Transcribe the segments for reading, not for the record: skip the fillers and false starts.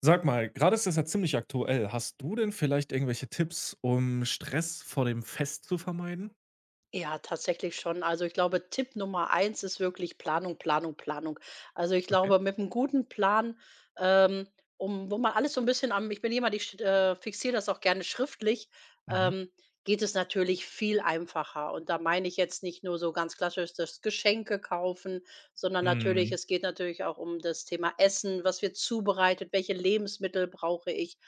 Sag mal, gerade ist das ja ziemlich aktuell. Hast du denn vielleicht irgendwelche Tipps, um Stress vor dem Fest zu vermeiden? Ja, tatsächlich schon. Also ich glaube, Tipp Nummer eins ist wirklich Planung, Planung, Planung. Also ich Okay. glaube, mit einem guten Plan, ähm, um wo man alles so ein bisschen am ich bin jemand, ich sch fixiere das auch gerne schriftlich, Mhm. ähm, geht es natürlich viel einfacher. Und da meine ich jetzt nicht nur so ganz klassisch das Geschenke kaufen, sondern natürlich Mhm. es geht natürlich auch um das Thema Essen, was wird zubereitet, welche Lebensmittel brauche ich?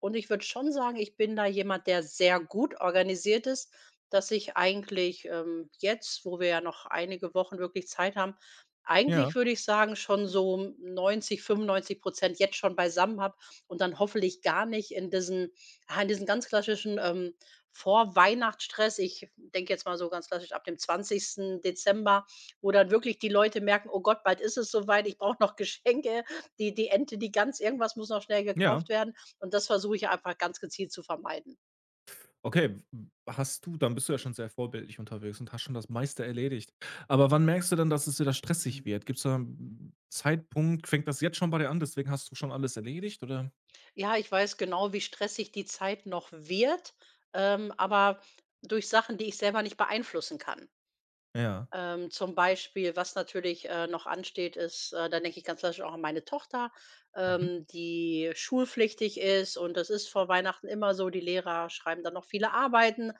Und ich würde schon sagen, ich bin da jemand, der sehr gut organisiert ist, dass ich eigentlich, jetzt, wo wir ja noch einige Wochen wirklich Zeit haben, Ja, eigentlich würde ich sagen, schon so 90, 95 jetzt schon beisammen habe und dann hoffentlich gar nicht in diesen, ja, in diesen ganz klassischen, Vorweihnachtsstress, ich denke jetzt mal so ganz klassisch ab dem 20. Dezember, wo dann wirklich die Leute merken: „Oh Gott, bald ist es soweit, ich brauche noch Geschenke, die Ente, die Gans, irgendwas muss noch schnell ja. gekauft werden." Und das versuche ich einfach ganz gezielt zu vermeiden. Okay, w hast du dann bist du ja schon sehr vorbildlich unterwegs und hast schon das meiste erledigt. Aber wann merkst du denn, dass es wieder stressig wird? Gibt's da einen Zeitpunkt fängt das jetzt schon bei dir an, deswegen hast du schon alles erledigt, oder? Ja, ich weiß genau, wie stressig die Zeit noch wird, aber durch Sachen, die ich selber nicht beeinflussen kann. Ja. Zum Beispiel, was natürlich, noch ansteht, ist da denke ich ganz klassisch auch an meine Tochter, Mhm. Die schulpflichtig ist, und das ist vor Weihnachten immer so, die Lehrer schreiben dann noch viele Arbeiten.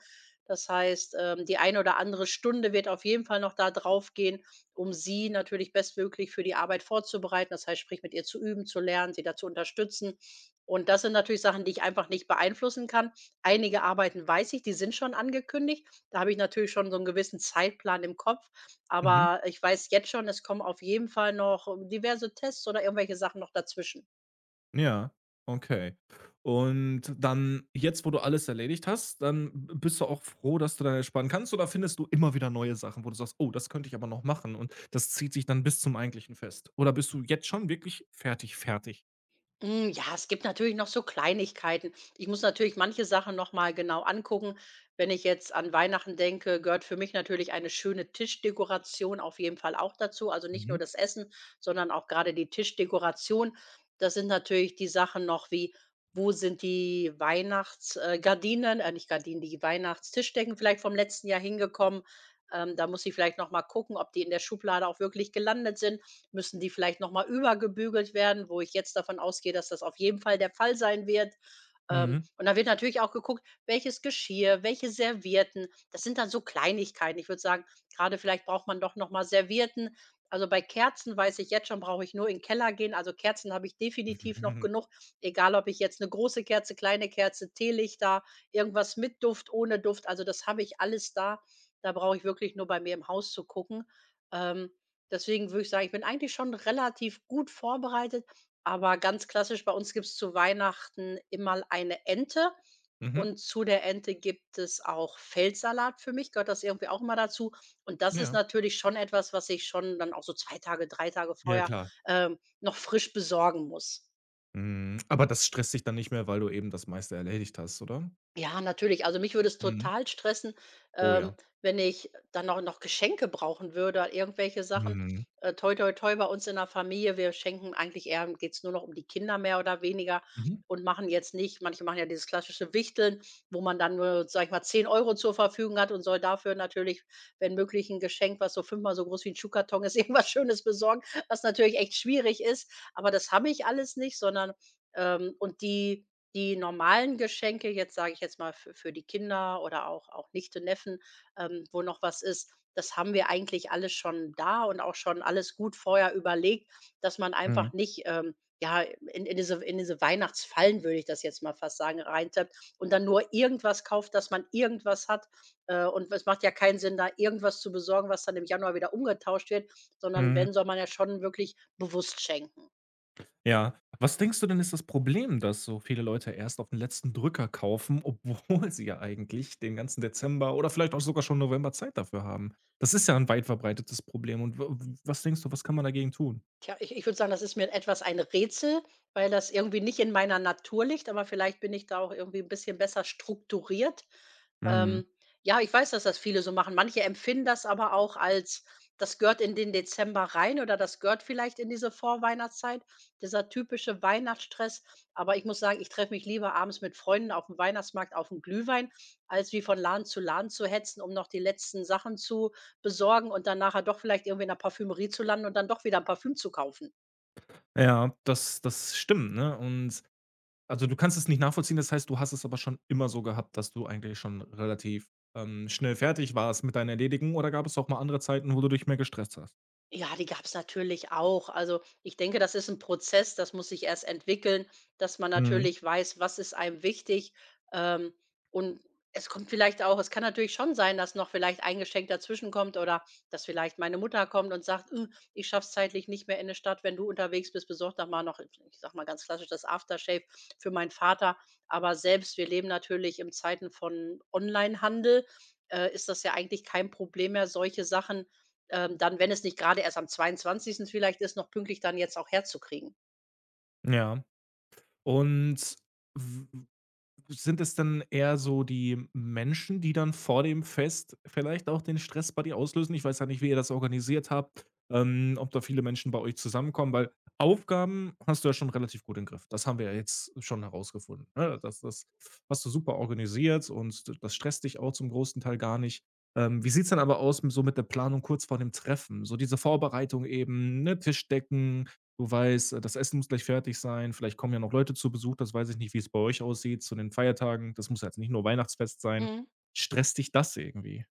Das heißt, die eine oder andere Stunde wird auf jeden Fall noch da drauf gehen, um sie natürlich bestmöglich für die Arbeit vorzubereiten. Das heißt, sprich mit ihr zu üben, zu lernen, sie dazu unterstützen. Und das sind natürlich Sachen, die ich einfach nicht beeinflussen kann. Einige Arbeiten weiß ich, die sind schon angekündigt. Da habe ich natürlich schon so einen gewissen Zeitplan im Kopf, Mhm. aber ich weiß jetzt schon, es kommen auf jeden Fall noch diverse Tests oder irgendwelche Sachen noch dazwischen. Ja, okay. Und dann jetzt, wo du alles erledigt hast, dann b bist du auch froh, dass du dann entspannen kannst, oder findest du immer wieder neue Sachen, wo du sagst: „Oh, das könnte ich aber noch machen“ und das zieht sich dann bis zum eigentlichen Fest? Oder bist du jetzt schon wirklich fertig, fertig? Hm, ja, es gibt natürlich noch so Kleinigkeiten. Ich muss natürlich manche Sachen noch mal genau angucken. Wenn ich jetzt an Weihnachten denke, gehört für mich natürlich eine schöne Tischdekoration auf jeden Fall auch dazu. Also nicht nur Mhm. das Essen, sondern auch gerade die Tischdekoration. Das sind natürlich die Sachen noch wie: Wo sind die Weihnachtsgardinen? Nicht Gardinen, die Weihnachtstischdecken, vielleicht vom letzten Jahr hingekommen? Da muss ich vielleicht noch mal gucken, ob die in der Schublade auch wirklich gelandet sind. Müssen die vielleicht noch mal übergebügelt werden, wo ich jetzt davon ausgehe, dass das auf jeden Fall der Fall sein wird. Mhm. Und da wird natürlich auch geguckt, welches Geschirr, welche Servietten. Das sind dann so Kleinigkeiten. Ich würde sagen, gerade vielleicht braucht man doch noch mal Servietten. Also, bei Kerzen weiß ich jetzt schon, brauche ich nur in den Keller gehen. Also, Kerzen habe ich definitiv noch genug, egal ob ich jetzt eine große Kerze, kleine Kerze, Teelichter, irgendwas mit Duft, ohne Duft. Also, das habe ich alles da. Da brauche ich wirklich nur bei mir im Haus zu gucken. Ähm, Deswegen würde ich sagen, ich bin eigentlich schon relativ gut vorbereitet, aber ganz klassisch bei uns gibt es zu Weihnachten immer eine Ente, Mhm. und zu der Ente gibt es auch Feldsalat. Für mich gehört das irgendwie auch immer dazu, und das ist Ja. natürlich schon etwas, was ich schon dann auch so 2 Tage, 3 Tage Ja, vorher, klar. Noch frisch besorgen muss. Mhm. Aber das stresst dich dann nicht mehr, weil du eben das meiste erledigt hast, oder? Ja, natürlich. Also, mich würde es Mhm. total stressen, Oh ähm, ja. wenn ich dann auch noch Geschenke brauchen würde, irgendwelche Sachen. Mhm. Toi, toi, toi, bei uns in der Familie, wir schenken eigentlich, eher geht's nur noch um die Kinder mehr oder weniger, Mhm. und machen jetzt nicht, manche machen ja dieses klassische Wichteln, wo man dann nur, sage ich mal, 10 Euro zur Verfügung hat und soll dafür natürlich, wenn möglich, ein Geschenk, was so fünfmal so groß wie ein Schuhkarton ist, irgendwas Schönes besorgen, was natürlich echt schwierig ist. Aber das habe ich alles nicht, sondern und die normalen Geschenke jetzt, sage ich jetzt mal, für die Kinder oder auch Nichte, Neffen, wo noch was ist, das haben wir eigentlich alles schon da und auch schon alles gut vorher überlegt, dass man Mhm. einfach nicht, ja, in diese Weihnachtsfallen, würde ich das jetzt mal fast sagen, reintappt und dann nur irgendwas kauft, dass man irgendwas hat. Und es macht ja keinen Sinn, da irgendwas zu besorgen, was dann im Januar wieder umgetauscht wird, sondern Mhm. wenn, soll man ja schon wirklich bewusst schenken. Ja. Was denkst du denn, ist das Problem, dass so viele Leute erst auf den letzten Drücker kaufen, obwohl sie ja eigentlich den ganzen Dezember oder vielleicht auch sogar schon November Zeit dafür haben? Das ist ja ein weit verbreitetes Problem und w w was denkst du, was kann man dagegen tun? Tja, ich würde sagen, das ist mir etwas ein Rätsel, weil das irgendwie nicht in meiner Natur liegt, aber vielleicht bin ich da auch irgendwie ein bisschen besser strukturiert. Mhm. Ähm, ja, ich weiß, dass das viele so machen. Manche empfinden das aber auch als, das gehört in den Dezember rein, oder das gehört vielleicht in diese Vorweihnachtszeit, dieser typische Weihnachtsstress. Aber ich muss sagen, ich treffe mich lieber abends mit Freunden auf dem Weihnachtsmarkt auf dem Glühwein, als wie von Laden zu hetzen, um noch die letzten Sachen zu besorgen und dann nachher doch vielleicht irgendwie in der Parfümerie zu landen und dann doch wieder ein Parfüm zu kaufen. Ja, das stimmt, ne? Und also, du kannst es nicht nachvollziehen, das heißt, du hast es aber schon immer so gehabt, dass du eigentlich schon relativ, schnell fertig warst mit deinen Erledigen, oder gab es auch mal andere Zeiten, wo du dich mehr gestresst hast? Ja, die gab es natürlich auch. Also, ich denke, das ist ein Prozess, das muss sich erst entwickeln, dass man Mhm. natürlich weiß, was ist einem wichtig. Ähm, und es kommt vielleicht auch, es kann natürlich schon sein, dass noch vielleicht ein Geschenk dazwischen kommt oder dass vielleicht meine Mutter kommt und sagt: Ich schaff's zeitlich nicht mehr in der Stadt, wenn du unterwegs bist, besorg doch mal noch", ich sage mal ganz klassisch, das Aftershave für meinen Vater. Aber selbst, wir leben natürlich in Zeiten von Onlinehandel, ist das ja eigentlich kein Problem mehr, solche Sachen, dann, wenn es nicht gerade erst am 22. vielleicht ist, noch pünktlich dann jetzt auch herzukriegen. Ja. Und w sind es dann eher so die Menschen, die dann vor dem Fest vielleicht auch den Stress bei dir auslösen? Ich weiß ja nicht, wie ihr das organisiert habt, ob da viele Menschen bei euch zusammenkommen, weil Aufgaben hast du ja schon relativ gut im Griff. Das haben wir ja jetzt schon herausgefunden. Ne? Das hast du super organisiert und das stresst dich auch zum großen Teil gar nicht. Wie sieht es denn aber aus so mit der Planung kurz vor dem Treffen? So diese Vorbereitung eben, ne? Tischdecken, du weißt, das Essen muss gleich fertig sein. Vielleicht kommen ja noch Leute zu Besuch. Das weiß ich nicht, wie es bei euch aussieht zu den Feiertagen. Das muss ja jetzt nicht nur Weihnachtsfest sein. Mhm. Stresst dich das irgendwie?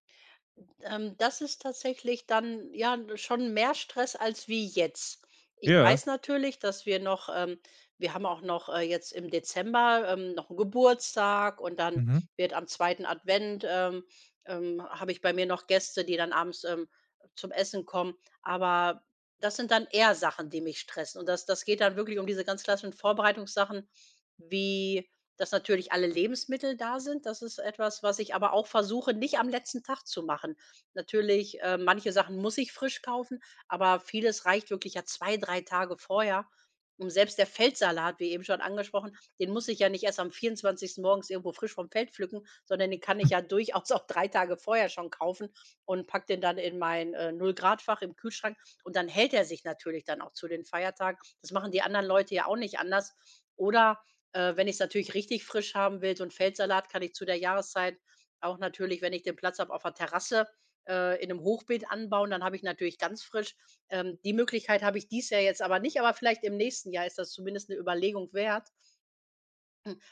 Das ist tatsächlich dann, ja, schon mehr Stress als wie jetzt. Ich Ja. weiß natürlich, dass wir noch, wir haben auch noch, jetzt im Dezember, noch 'n Geburtstag, und dann Mhm. wird am zweiten Advent, habe ich bei mir noch Gäste, die dann abends, zum Essen kommen. Aber das sind dann eher Sachen, die mich stressen. Und das geht dann wirklich um diese ganz klassischen Vorbereitungssachen wie: dass natürlich alle Lebensmittel da sind, das ist etwas, was ich aber auch versuche, nicht am letzten Tag zu machen. Natürlich, manche Sachen muss ich frisch kaufen, aber vieles reicht wirklich ja 2, 3 Tage vorher. Und selbst der Feldsalat, wie eben schon angesprochen, den muss ich ja nicht erst am 24. morgens irgendwo frisch vom Feld pflücken, sondern den kann ich ja durchaus auch 3 Tage vorher schon kaufen und pack den dann in mein, Null-Grad-Fach im Kühlschrank, und dann hält er sich natürlich dann auch zu den Feiertagen. Das machen die anderen Leute ja auch nicht anders. Oder wenn ich es natürlich richtig frisch haben will, so 'n Feldsalat kann ich zu der Jahreszeit auch natürlich, wenn ich den Platz habe, auf der Terrasse, in einem Hochbeet anbauen, dann habe ich natürlich ganz frisch. Die Möglichkeit habe ich dies Jahr jetzt aber nicht, aber vielleicht im nächsten Jahr ist das zumindest eine Überlegung wert.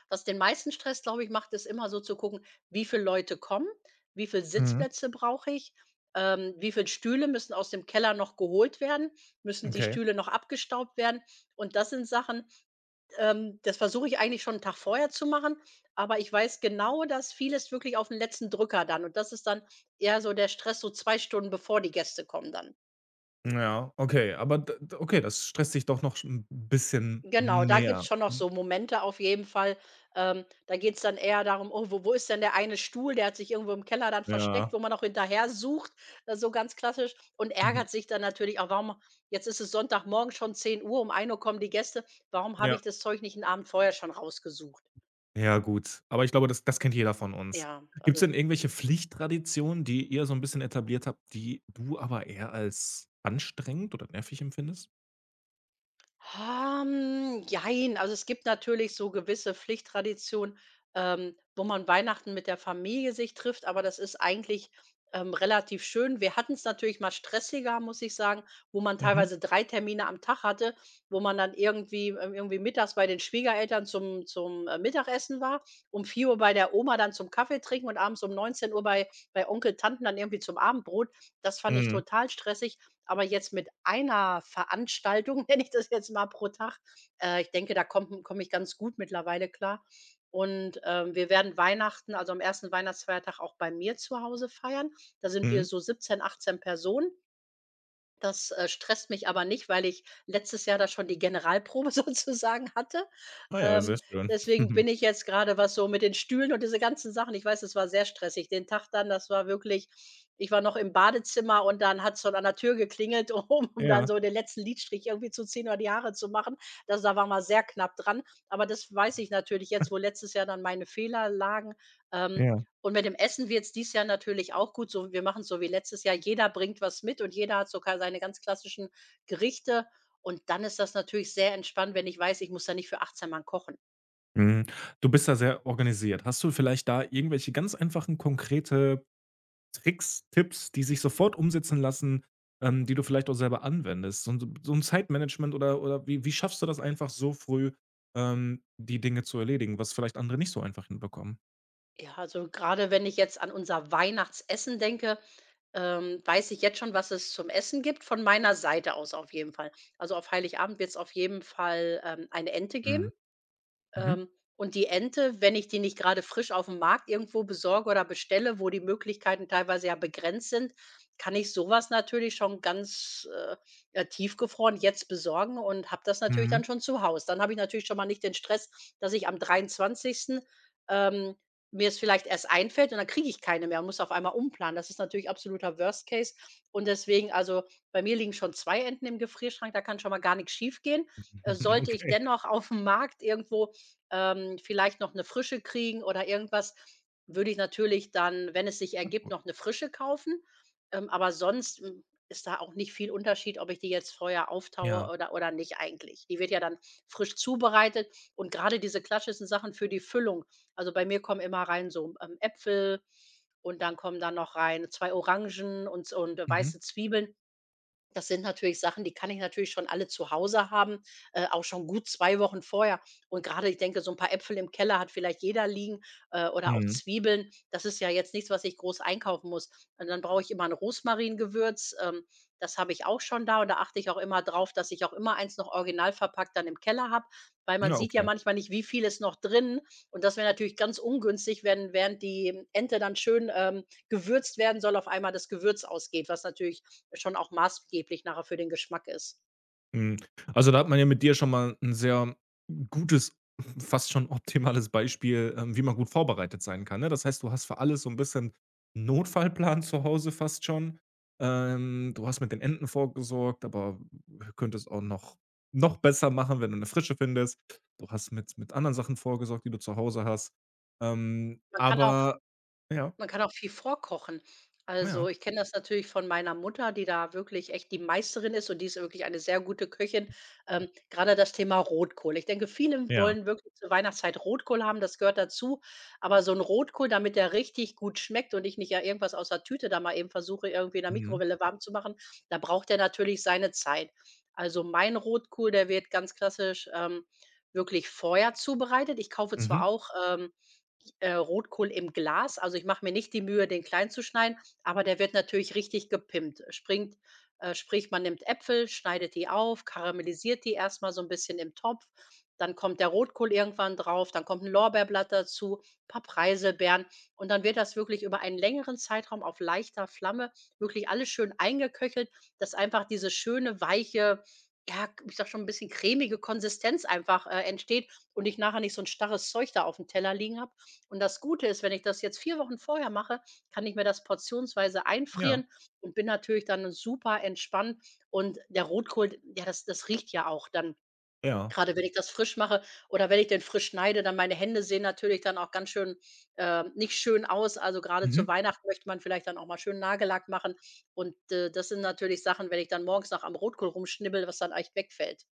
Was den meisten Stress, glaube ich, macht, ist immer so zu gucken, wie viele Leute kommen, wie viele Mhm. Sitzplätze brauche ich, wie viele Stühle müssen aus dem Keller noch geholt werden, müssen die Okay. Stühle noch abgestaubt werden? Und das sind Sachen, das versuche ich eigentlich schon einen Tag vorher zu machen, aber ich weiß genau, dass vieles wirklich auf den letzten Drücker dann, und das ist dann eher so der Stress so 2 Stunden, bevor die Gäste kommen dann. Ja, okay. Aber d d okay, das stresst dich doch noch ein bisschen Genau, da gibt's mehr. schon noch Hm, so Momente, auf jeden Fall. Da geht's dann eher darum: „Oh, wo ist denn der eine Stuhl? Der hat sich irgendwo im Keller dann versteckt", ja. wo man noch hinterher sucht, so ganz klassisch, und Mhm. ärgert sich dann natürlich auch: „Warum, jetzt ist es Sonntagmorgen, schon 10 Uhr, um 1 Uhr kommen die Gäste. Warum habe Ja. ich das Zeug nicht einen Abend vorher schon rausgesucht?" Ja, gut. Aber ich glaube, das kennt jeder von uns. Ja, Gibt's also, denn irgendwelche Pflichttraditionen, die ihr so ein bisschen etabliert habt, die du aber eher als anstrengend oder nervig empfindest? Jein. Also, es gibt natürlich so gewisse Pflichttraditionen, wo man Weihnachten mit der Familie sich trifft, aber das ist eigentlich, relativ schön. Wir hatten es natürlich mal stressiger, muss ich sagen, wo man Mhm. teilweise 3 Termine am Tag hatte, wo man dann irgendwie, irgendwie mittags bei den Schwiegereltern zum Mittagessen war, um 4 Uhr bei der Oma dann zum Kaffee trinken und abends um 19 Uhr bei Onkel, Tanten dann irgendwie zum Abendbrot. Das fand ich Mhm. total stressig. Aber jetzt mit einer Veranstaltung, nenne ich das jetzt mal, pro Tag, ich denke, da komm ich ganz gut mittlerweile klar. Wir werden Weihnachten, also am ersten Weihnachtsfeiertag, auch bei mir zu Hause feiern. Da sind wir Mhm. so 17, 18 Personen. Das stresst mich aber nicht, weil ich letztes Jahr da schon die Generalprobe sozusagen hatte. Ah ja, sehr Ähm, schön. Deswegen bin ich jetzt gerade, was so mit den Stühlen und diese ganzen Sachen, ich weiß, es war sehr stressig. Den Tag dann, das war wirklich, ich war noch im Badezimmer und dann hat's schon an der Tür geklingelt, um dann Ja, so den letzten Lidstrich irgendwie zu ziehen oder die Haare zu machen. Das, da war wir sehr knapp dran. Aber das weiß ich natürlich jetzt, wo letztes Jahr dann meine Fehler lagen, ähm, ja. und mit dem Essen wird es dieses Jahr natürlich auch gut. So, wir machen's so wie letztes Jahr. Jeder bringt was mit und jeder hat so ka seine ganz klassischen Gerichte. Und dann ist das natürlich sehr entspannt, wenn ich weiß, ich muss da nicht für 18 Mann kochen. Mhm. Du bist da sehr organisiert. Hast du vielleicht da irgendwelche ganz einfachen, konkrete Tricks, Tipps, die sich sofort umsetzen lassen, die du vielleicht auch selber anwendest? So ein so 'n Zeitmanagement, oder oder wie schaffst du das einfach so früh, die Dinge zu erledigen, was vielleicht andere nicht so einfach hinbekommen? Ja, also gerade wenn ich jetzt an unser Weihnachtsessen denke, weiß ich jetzt schon, was es zum Essen gibt, von meiner Seite aus auf jeden Fall. Also, auf Heiligabend wird es auf jeden Fall, eine Ente geben. Mhm. Mhm. Ähm, und die Ente, wenn ich die nicht gerade frisch auf dem Markt irgendwo besorge oder bestelle, wo die Möglichkeiten teilweise ja begrenzt sind, kann ich sowas natürlich schon ganz, tiefgefroren jetzt besorgen und habe das natürlich Mhm. dann schon zu Hause. Dann habe ich natürlich schon mal nicht den Stress, dass ich am 23., ähm, mir es vielleicht erst einfällt und dann kriege ich keine mehr und muss auf einmal umplanen. Das ist natürlich absoluter Worst Case, und deswegen, also, bei mir liegen schon 2 Enten im Gefrierschrank, da kann schon mal gar nix schiefgehen. Äh, sollte ich Okay. dennoch auf dem Markt irgendwo vielleicht noch eine Frische kriegen oder irgendwas, würde ich natürlich dann, wenn es sich ergibt, noch eine Frische kaufen. Aber sonst, hm, ist da auch nicht viel Unterschied, ob ich die jetzt vorher Ja. auftaue oder nicht, eigentlich. Die wird ja dann frisch zubereitet, und gerade diese klassischen Sachen für die Füllung. Also, bei mir kommen immer rein so, Äpfel, und dann kommen dann noch rein 2 Orangen und z und Mhm. weiße Zwiebeln. Das sind natürlich Sachen, die kann ich natürlich schon alle zu Hause haben, auch schon gut 2 Wochen vorher. Und gerade, ich denke, so ein paar Äpfel im Keller hat vielleicht jeder liegen, oder auch Mhm. Zwiebeln. Das ist ja jetzt nichts, was ich groß einkaufen muss. Und dann brauche ich immer ein Rosmaringewürz, das habe ich auch schon da, und da achte ich auch immer drauf, dass ich auch immer eins noch original verpackt dann im Keller habe, weil man Ja, sieht ja okay. manchmal nicht, wie viel ist noch drin. Und das wäre natürlich ganz ungünstig, wenn während die Ente dann schön, gewürzt werden soll, auf einmal das Gewürz ausgeht, was natürlich schon auch maßgeblich nachher für den Geschmack ist. Mhm. Also, da hat man ja mit dir schon mal ein sehr gutes, fast schon optimales Beispiel, wie man gut vorbereitet sein kann, ne? Das heißt, du hast für alles so ein bisschen Notfallplan zu Hause fast schon. Du hast mit den Enten vorgesorgt, aber könntest auch noch besser machen, wenn du eine Frische findest. Du hast mit anderen Sachen vorgesorgt, die du zu Hause hast. Man kann auch Aber ja, Man kann auch viel vorkochen. ja, Also, ich kenne das natürlich von meiner Mutter, die da wirklich echt die Meisterin ist, und die ist wirklich eine sehr gute Köchin. Grade das Thema Rotkohl. Ich denke, viele ja. wollen wirklich zur Weihnachtszeit Rotkohl haben, das gehört dazu. Aber so ein Rotkohl, damit der richtig gut schmeckt und ich nicht ja irgendwas aus der Tüte da mal eben versuche, irgendwie in der Mhm, Mikrowelle warm zu machen, da braucht der natürlich seine Zeit. Also, mein Rotkohl, der wird ganz klassisch, wirklich vorher zubereitet. Ich kaufe zwar mhm, auch, Rotkohl im Glas. Also, ich mache mir nicht die Mühe, den klein zu schneiden, aber der wird natürlich richtig gepimpt. Springt Sprich, man nimmt Äpfel, schneidet die auf, karamellisiert die erstmal so ein bisschen im Topf, dann kommt der Rotkohl irgendwann drauf, dann kommt ein Lorbeerblatt dazu, ein paar Preiselbeeren, und dann wird das wirklich über einen längeren Zeitraum auf leichter Flamme wirklich alles schön eingeköchelt, dass einfach diese schöne, weiche, ja, ich sage schon ein bisschen cremige Konsistenz einfach, entsteht, und ich nachher nicht so ein starres Zeug da auf dem Teller liegen habe, und das Gute ist, wenn ich das jetzt 4 Wochen vorher mache, kann ich mir das portionsweise ja, einfrieren und bin natürlich dann super entspannt. Und der Rotkohl, ja, das riecht ja auch dann, ja. gerade wenn ich das frisch mache oder wenn ich den frisch schneide, dann meine Hände sehen natürlich dann auch ganz schön, nicht schön aus. Also, gerade zu Mhm. Weihnachten möchte man vielleicht dann auch mal schön Nagellack machen. Und das sind natürlich Sachen, wenn ich dann morgens noch am Rotkohl rumschnibbele, was dann echt wegfällt.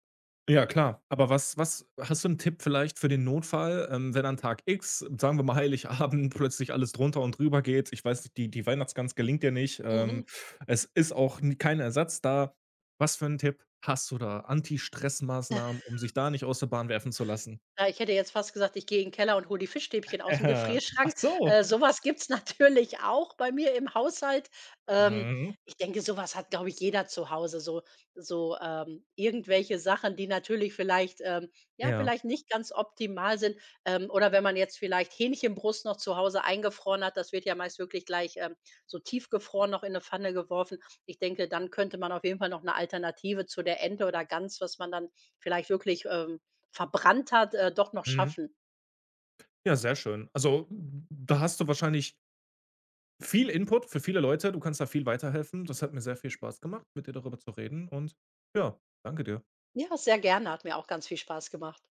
Ja, klar. Aber was hast du einen Tipp vielleicht für den Notfall, wenn an Tag X, sagen wir mal Heiligabend, plötzlich alles drunter und drüber geht? Ich weiß nicht, die Weihnachtsgans gelingt dir nicht. Mhm. Es ist auch n kein Ersatz da. Was für einen Tipp hast du da? Anti-Stress-Maßnahmen, um sich da nicht aus der Bahn werfen zu lassen? Ja, ich hätte jetzt fast gesagt, ich gehe in 'n Keller und hole die Fischstäbchen aus dem ach Gefrierschrank. so. So was gibt's natürlich auch bei mir im Haushalt. Ähm, Mhm. Ich denke, sowas hat, glaube ich, jeder zu Hause, so irgendwelche Sachen, die natürlich vielleicht, ja, Ja. vielleicht nicht ganz optimal sind. Oder wenn man jetzt vielleicht Hähnchenbrust noch zu Hause eingefroren hat, das wird ja meist wirklich gleich, so tiefgefroren noch in eine Pfanne geworfen. Ich denke, dann könnte man auf jeden Fall noch eine Alternative zu der Ente oder Gans, was man dann vielleicht wirklich, verbrannt hat, doch noch Mhm. schaffen. Ja, sehr schön. Also, da hast du wahrscheinlich viel Input für viele Leute. Du kannst da viel weiterhelfen. Das hat mir sehr viel Spaß gemacht, mit dir darüber zu reden, und ja, danke dir. Ja, sehr gerne, hat mir auch ganz viel Spaß gemacht.